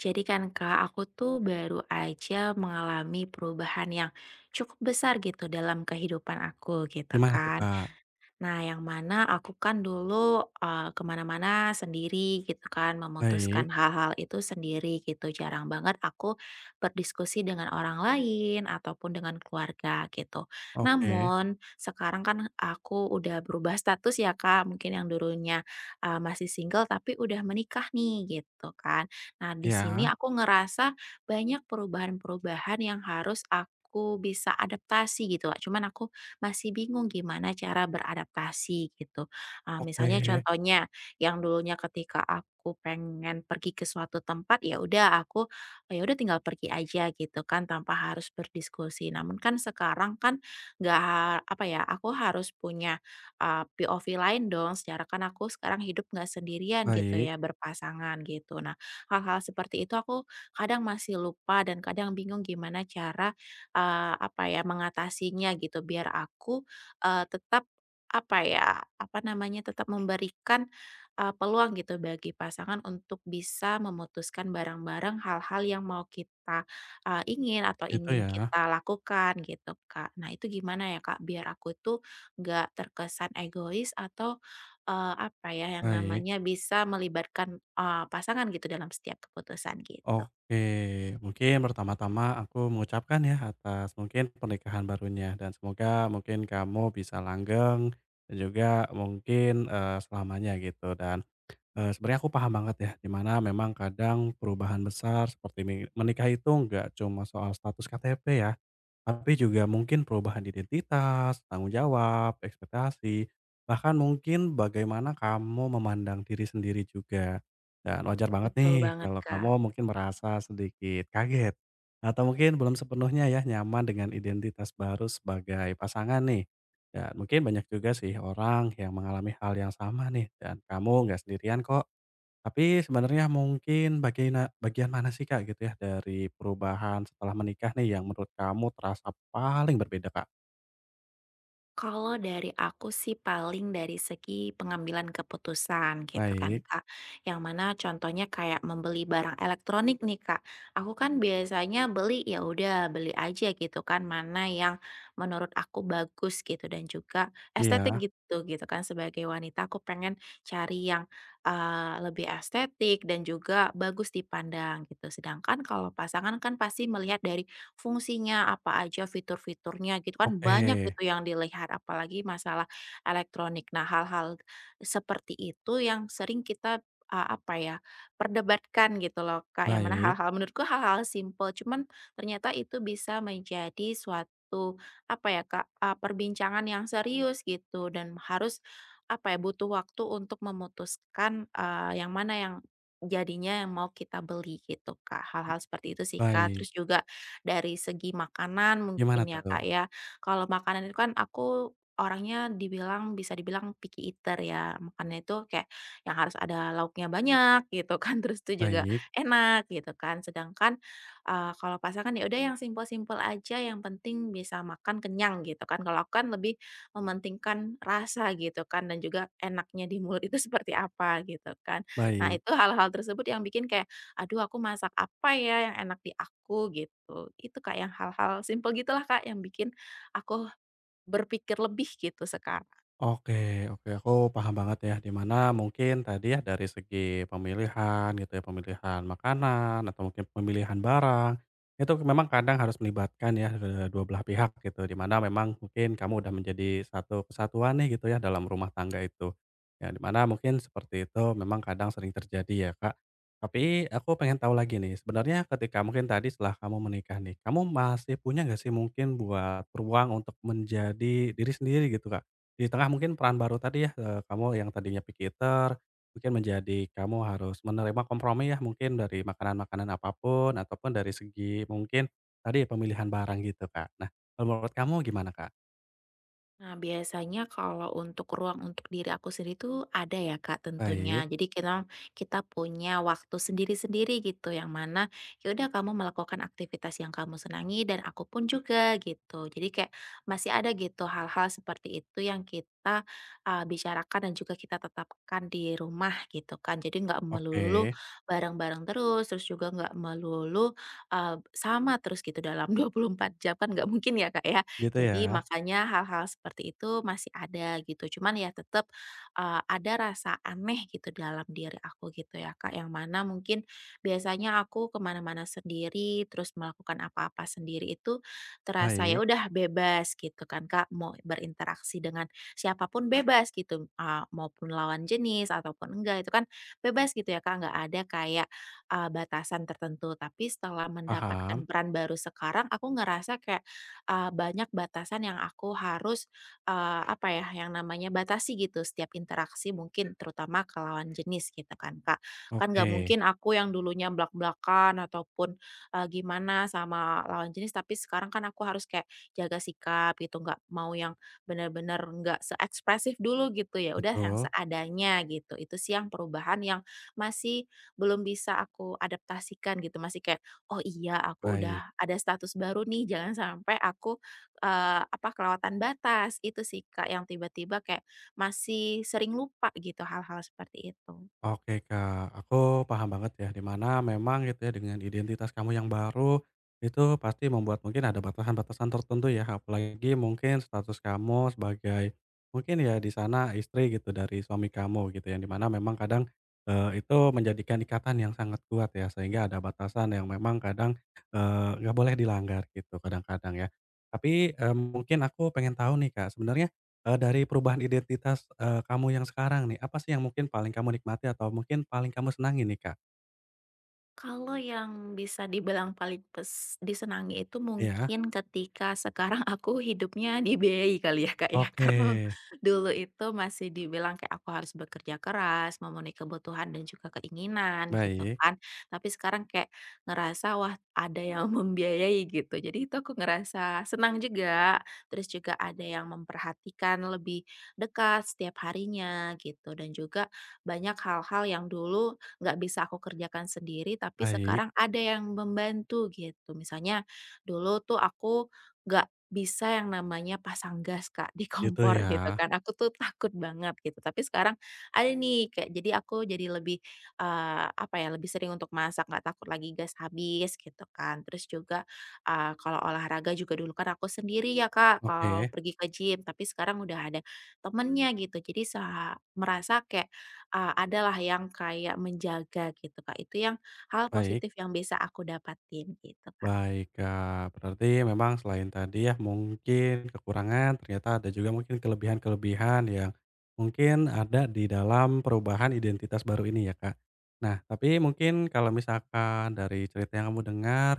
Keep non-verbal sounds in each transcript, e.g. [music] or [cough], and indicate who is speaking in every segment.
Speaker 1: Jadi kan Kak, aku tuh baru aja mengalami perubahan yang cukup besar gitu dalam kehidupan aku gitu
Speaker 2: Gimana tuh,
Speaker 1: kan.
Speaker 2: Kak?
Speaker 1: Nah, yang mana aku kan dulu, ke mana sendiri gitu kan, memutuskan
Speaker 2: Baik,
Speaker 1: hal-hal itu sendiri gitu, jarang banget aku berdiskusi dengan orang lain ataupun dengan keluarga gitu.
Speaker 2: oke,
Speaker 1: Namun sekarang kan aku udah berubah status ya, Kak, mungkin yang dulunya, masih single tapi udah menikah nih gitu kan. Nah, di sini
Speaker 2: iya,
Speaker 1: aku ngerasa banyak perubahan-perubahan yang harus aku bisa adaptasi gitu, Kak, cuman aku masih bingung gimana cara beradaptasi gitu.
Speaker 2: oke,
Speaker 1: Misalnya contohnya yang dulunya ketika aku pengen pergi ke suatu tempat ya udah aku ya udah tinggal pergi aja gitu kan tanpa harus berdiskusi. Namun kan sekarang kan nggak apa ya, aku harus punya POV lain dong. Secara kan aku sekarang hidup nggak sendirian gitu
Speaker 2: baik,
Speaker 1: ya, berpasangan gitu. Nah, hal-hal seperti itu aku kadang masih lupa dan kadang bingung gimana cara apa ya, mengatasinya gitu biar aku, tetap apa ya, apa namanya, tetap memberikan, peluang gitu bagi pasangan untuk bisa memutuskan bareng-bareng hal-hal yang mau kita, ingin atau
Speaker 2: gitu
Speaker 1: ingin
Speaker 2: ya,
Speaker 1: kita lakukan gitu, Kak. Nah itu gimana ya, Kak, biar aku tuh nggak terkesan egois atau, apa ya, yang
Speaker 2: baik,
Speaker 1: namanya bisa melibatkan, pasangan gitu dalam setiap keputusan gitu.
Speaker 2: oke. Mungkin pertama-tama aku mengucapkan ya atas mungkin pernikahan barunya dan semoga mungkin kamu bisa langgeng dan juga mungkin, selamanya gitu dan, sebenarnya aku paham banget ya di mana memang kadang perubahan besar seperti mi menikah itu nggak cuma soal status KTP ya, tapi juga mungkin perubahan identitas, tanggung jawab, ekspektasi, bahkan mungkin bagaimana kamu memandang diri sendiri juga. Dan wajar banget
Speaker 1: Betul
Speaker 2: nih
Speaker 1: banget,
Speaker 2: kalau
Speaker 1: Kak.
Speaker 2: kamu mungkin merasa sedikit kaget atau mungkin belum sepenuhnya ya nyaman dengan identitas baru sebagai pasangan nih. Dan mungkin banyak juga sih orang yang mengalami hal yang sama nih dan kamu nggak sendirian kok. Tapi sebenarnya mungkin bagian mana sih, Kak, gitu ya, dari perubahan setelah menikah nih yang menurut kamu terasa paling berbeda, Kak?
Speaker 1: Kalau dari aku sih paling dari segi pengambilan keputusan gitu kan,
Speaker 2: Baik,
Speaker 1: Kak, yang mana contohnya kayak membeli barang elektronik nih, Kak, aku kan biasanya beli, ya udah beli aja gitu kan, mana yang menurut aku bagus gitu dan juga estetik
Speaker 2: iya,
Speaker 1: gitu gitu kan. Sebagai wanita aku pengen cari yang, lebih estetik dan juga bagus dipandang gitu. Sedangkan kalau pasangan kan pasti melihat dari fungsinya apa aja, fitur-fiturnya gitu kan. Mhm.
Speaker 2: oke,
Speaker 1: Banyak gitu yang dilihat apalagi masalah elektronik. Nah, hal-hal seperti itu yang sering kita, apa ya, perdebatkan gitu loh, Kak, yang mana
Speaker 2: baik,
Speaker 1: menurutku hal-hal simple cuman ternyata itu bisa menjadi suatu apa ya, Kak, perbincangan yang serius gitu dan harus apa ya, butuh waktu untuk memutuskan, yang mana yang jadinya yang mau kita beli gitu, Kak, hal-hal seperti itu sih, Kak.
Speaker 2: baik.
Speaker 1: Terus juga dari segi makanan mungkin
Speaker 2: Gimana
Speaker 1: ya,
Speaker 2: tuh?
Speaker 1: Kak, ya. Kalau makanan itu kan aku orangnya bisa dibilang picky eater ya, makannya itu kayak yang harus ada lauknya banyak gitu kan, [laughs] terus itu juga
Speaker 2: Baik,
Speaker 1: enak gitu kan. Sedangkan, kalau pasangan ya udah yang simpel-simpel aja, yang penting bisa makan kenyang gitu kan. Kalau aku kan lebih mementingkan rasa gitu kan dan juga enaknya di mulut itu [laughs] seperti apa gitu kan. Nah,
Speaker 2: baik.
Speaker 1: itu hal-hal tersebut yang bikin kayak, aduh aku masak apa ya yang enak di aku gitu. Itu, Kak, yang hal-hal simple gitulah, Kak, yang bikin aku berpikir lebih gitu sekarang.
Speaker 2: Oke, oke, aku paham banget ya, di mana mungkin tadi ya dari segi pemilihan gitu ya, pemilihan makanan atau mungkin pemilihan barang, itu memang kadang harus melibatkan ya, dua belah pihak gitu, di mana memang mungkin kamu udah menjadi satu kesatuan nih gitu ya dalam rumah tangga itu. Ya di mana mungkin seperti itu memang kadang sering terjadi ya, Kak. Tapi aku pengen tahu lagi nih, sebenarnya ketika mungkin tadi setelah kamu menikah nih, kamu masih punya nggak sih mungkin buat ruang untuk menjadi diri sendiri gitu, Kak? Di tengah mungkin peran baru tadi ya, kamu yang tadinya picky eater, mungkin menjadi kamu harus menerima kompromi ya mungkin dari makanan-makanan apapun ataupun dari segi mungkin tadi pemilihan barang gitu, Kak. Nah, kalau menurut kamu gimana, Kak?
Speaker 1: Nah, biasanya kalau untuk ruang untuk diri aku sendiri tuh ada ya, Kak, tentunya.
Speaker 2: Baik,
Speaker 1: Jadi kita kita punya waktu sendiri-sendiri gitu yang mana ya udah kamu melakukan aktivitas yang kamu senangi dan aku pun juga gitu. Jadi kayak masih ada gitu hal-hal seperti itu yang kita bicarakan dan juga kita tetapkan di rumah gitu kan. Jadi nggak
Speaker 2: oke,
Speaker 1: melulu bareng-bareng terus, terus juga nggak melulu sama terus gitu dalam [laughs] 24 jam kan nggak mungkin ya, Kak, ya.
Speaker 2: gitu
Speaker 1: Jadi
Speaker 2: ya.
Speaker 1: makanya hal-hal seperti itu masih ada gitu. Cuman ya tetap, ada rasa aneh gitu dalam diri aku gitu ya, Kak, yang mana mungkin biasanya aku kemana mana sendiri, terus melakukan apa-apa sendiri itu terasa ya
Speaker 2: Baik,
Speaker 1: udah bebas gitu kan, Kak, mau berinteraksi dengan siapapun bebas gitu, maupun lawan jenis ataupun enggak itu kan bebas gitu ya, Kak, nggak ada kayak, batasan tertentu. Tapi setelah mendapatkan
Speaker 2: paham,
Speaker 1: peran baru sekarang aku ngerasa kayak banyak batasan yang aku harus, apa ya, yang namanya batasi gitu setiap interaksi mungkin terutama ke lawan jenis gitu kan, Kak. Kan nggak
Speaker 2: oke,
Speaker 1: mungkin aku yang dulunya blak-blakan ataupun, gimana sama lawan jenis, tapi sekarang kan aku harus kayak jaga sikap gitu, nggak mau yang benar-benar, nggak seekspresif dulu gitu, ya udah yang
Speaker 2: betul,
Speaker 1: seadanya gitu. Itu sih yang perubahan yang masih belum bisa aku adaptasikan gitu, masih kayak, "Oh iya, aku
Speaker 2: baik.
Speaker 1: udah ada status baru nih, jangan sampai aku, apa, kelewatan batas." Itu sih, Kak, yang tiba-tiba kayak masih sering lupa gitu hal-hal seperti itu.
Speaker 2: Oke, Kak, aku paham banget ya, di mana memang gitu ya dengan identitas kamu yang baru, itu pasti membuat mungkin ada batasan-batasan tertentu ya, apalagi mungkin status kamu sebagai mungkin ya di sana istri gitu dari suami kamu gitu yang di mana memang kadang itu menjadikan ikatan yang sangat kuat ya, sehingga ada batasan yang memang kadang nggak boleh dilanggar gitu kadang-kadang ya. Tapi mungkin aku pengen tahu nih, Kak, sebenarnya dari perubahan identitas, kamu yang sekarang nih, apa sih yang mungkin paling kamu nikmati atau mungkin paling kamu senangi nih, Kak?
Speaker 1: Kalau yang bisa dibilang paling disenangi itu
Speaker 2: Iya,
Speaker 1: mungkin ketika sekarang aku hidupnya dibiayai kali ya, Kak, ya. [laughs]
Speaker 2: oke.
Speaker 1: Karena dulu itu masih dibilang kayak aku harus bekerja keras, memenuhi kebutuhan dan juga keinginan gitu
Speaker 2: Baik,
Speaker 1: kan. Tapi sekarang kayak ngerasa, wah ada yang [laughs] membiayai gitu. Jadi itu aku ngerasa senang juga, terus juga ada yang memperhatikan lebih dekat setiap harinya gitu dan juga banyak hal-hal yang dulu nggak bisa aku kerjakan sendiri, tapi
Speaker 2: baik,
Speaker 1: sekarang ada yang membantu gitu. Misalnya dulu tuh aku nggak bisa yang namanya pasang gas, Kak, di
Speaker 2: gitu
Speaker 1: kompor
Speaker 2: ya.
Speaker 1: [laughs] gitu kan, aku tuh takut banget gitu. Tapi sekarang ada nih kayak, jadi aku jadi lebih, apa ya, lebih sering untuk masak, nggak takut lagi gas habis gitu kan. Terus juga, kalau olahraga juga dulu kan aku sendiri ya, Kak, kalau
Speaker 2: Oke,
Speaker 1: pergi ke gym, tapi sekarang udah ada temennya gitu. Jadi merasa kayak ah, adalah yang kayak menjaga gitu, Kak. Itu yang hal
Speaker 2: baik.
Speaker 1: positif yang bisa aku dapatin gitu, Kak.
Speaker 2: Baik, Kak. Berarti memang selain tadi ya mungkin kekurangan, ternyata ada juga mungkin kelebihan-kelebihan yang mungkin ada di dalam perubahan identitas baru ini ya, Kak. Nah, tapi mungkin kalau misalkan dari cerita yang kamu dengar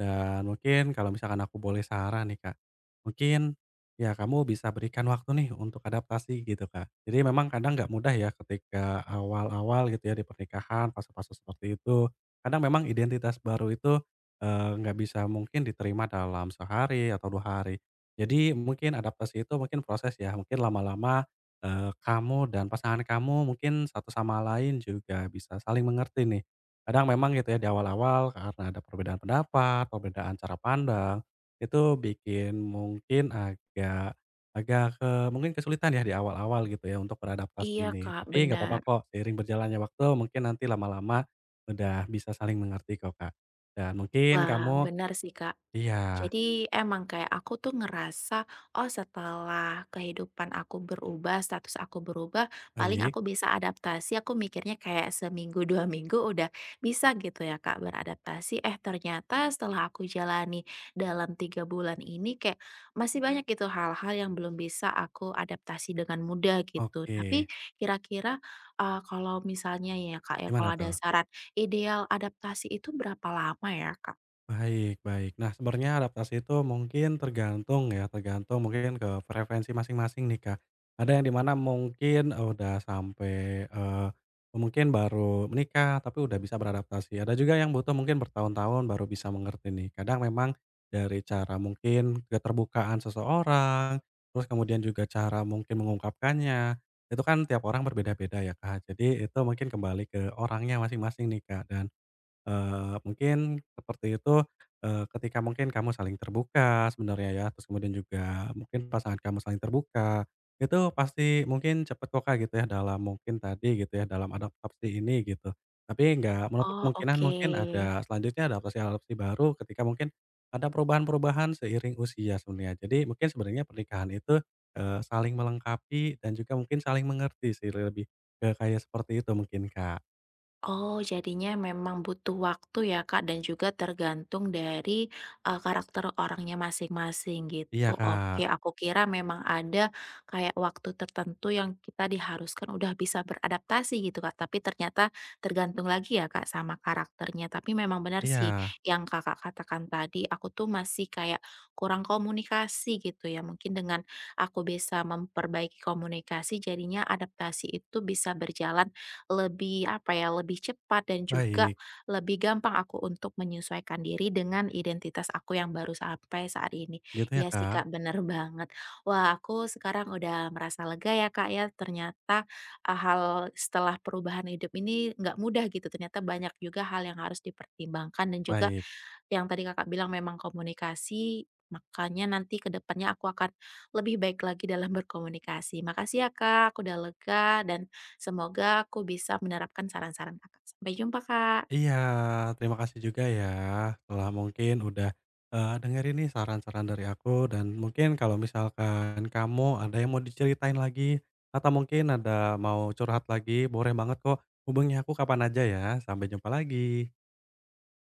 Speaker 2: dan mungkin kalau misalkan aku boleh saran nih, Kak. Mungkin ya kamu bisa berikan waktu nih untuk adaptasi gitu, Kak. Jadi memang kadang nggak mudah ya ketika awal-awal gitu ya di pernikahan, fase-fase seperti itu. Kadang memang identitas baru itu nggak bisa mungkin diterima dalam sehari atau 2 hari. Jadi mungkin adaptasi itu mungkin proses ya, mungkin lama-lama, kamu dan pasangan kamu mungkin satu sama lain juga bisa saling mengerti nih. Kadang memang gitu ya di awal-awal karena ada perbedaan pendapat, perbedaan cara pandang, itu bikin mungkin agak agak ke mungkin kesulitan ya di awal-awal gitu ya untuk beradaptasi
Speaker 1: Iya,
Speaker 2: ini.
Speaker 1: Kak,
Speaker 2: Tapi nggak apa-apa
Speaker 1: benar.
Speaker 2: kok, seiring berjalannya waktu mungkin nanti lama-lama udah bisa saling mengerti kok, Kak. Dan mungkin
Speaker 1: Wah,
Speaker 2: kamu
Speaker 1: benar sih, Kak.
Speaker 2: iya,
Speaker 1: Jadi emang kayak aku tuh ngerasa, oh setelah kehidupan aku berubah, status aku berubah, paling
Speaker 2: baik,
Speaker 1: aku bisa adaptasi, aku mikirnya kayak seminggu, [laughs] 2 minggu udah bisa gitu ya, Kak, beradaptasi. Eh ternyata setelah aku jalani dalam 3 bulan ini kayak masih banyak gitu hal-hal yang belum bisa aku adaptasi dengan mudah gitu.
Speaker 2: oke.
Speaker 1: Tapi kira-kira, kalau misalnya ya, Kak, ya,
Speaker 2: Gimana
Speaker 1: kalau ada
Speaker 2: tuh?
Speaker 1: saran, ideal adaptasi itu berapa lama ya, Kak?
Speaker 2: Baik, baik. Nah, sebenarnya adaptasi itu mungkin tergantung ya, tergantung mungkin ke preferensi masing-masing nih, Kak. Ada yang di mana mungkin oh, udah sampai, mungkin baru menikah tapi udah bisa beradaptasi, ada juga yang butuh mungkin bertahun-tahun baru bisa mengerti nih. Kadang memang dari cara mungkin keterbukaan seseorang, terus kemudian juga cara mungkin mengungkapkannya, itu kan tiap orang berbeda-beda ya, Kak. Jadi itu mungkin kembali ke orangnya masing-masing nih, Kak, dan mungkin seperti itu, ketika mungkin kamu saling terbuka sebenarnya ya, terus kemudian juga mungkin pasangan kamu saling terbuka, itu pasti mungkin cepet kok, Kak, gitu ya dalam mungkin tadi gitu ya, dalam adaptasi ini gitu. Tapi nggak menutup
Speaker 1: Oh
Speaker 2: kemungkinan
Speaker 1: oke.
Speaker 2: mungkin ada selanjutnya adaptasi-adaptasi baru ketika mungkin ada perubahan-perubahan seiring usia sebenarnya. Jadi mungkin sebenarnya pernikahan itu, saling melengkapi dan juga mungkin saling mengerti sih, lebih ke kayak seperti itu mungkin, Kak.
Speaker 1: Oh, jadinya memang butuh waktu ya, Kak, dan juga tergantung dari, karakter orangnya masing-masing gitu.
Speaker 2: Iya,
Speaker 1: Oke,
Speaker 2: Kak.
Speaker 1: aku kira memang ada kayak waktu tertentu yang kita diharuskan udah bisa beradaptasi gitu, Kak, tapi ternyata tergantung lagi ya, Kak, sama karakternya. Tapi memang benar sih
Speaker 2: Iya.
Speaker 1: yang Kakak katakan tadi, aku tuh masih kayak kurang komunikasi gitu ya. Mungkin dengan aku bisa memperbaiki komunikasi, jadinya adaptasi itu bisa berjalan lebih apa ya, lebih cepat dan juga
Speaker 2: Baik,
Speaker 1: lebih gampang aku untuk menyesuaikan diri dengan identitas aku yang baru sampai saat ini.
Speaker 2: gitu ya,
Speaker 1: Ya sih,
Speaker 2: Kak?
Speaker 1: Kak, bener banget. Wah, aku sekarang udah merasa lega ya, Kak, ya, ternyata, hal setelah perubahan hidup ini nggak mudah gitu, ternyata banyak juga hal yang harus dipertimbangkan dan juga
Speaker 2: Baik.
Speaker 1: yang tadi Kakak bilang memang komunikasi, makanya nanti ke depannya aku akan lebih baik lagi dalam berkomunikasi. Makasih ya, Kak, aku udah lega dan semoga aku bisa menerapkan saran-saran Kakak. Sampai jumpa, Kak.
Speaker 2: Iya, terima kasih juga ya telah mungkin udah, dengerin nih saran-saran dari aku dan mungkin kalau misalkan kamu ada yang mau diceritain lagi atau mungkin ada mau curhat lagi, boleh banget kok hubungi aku kapan aja ya. Sampai jumpa lagi.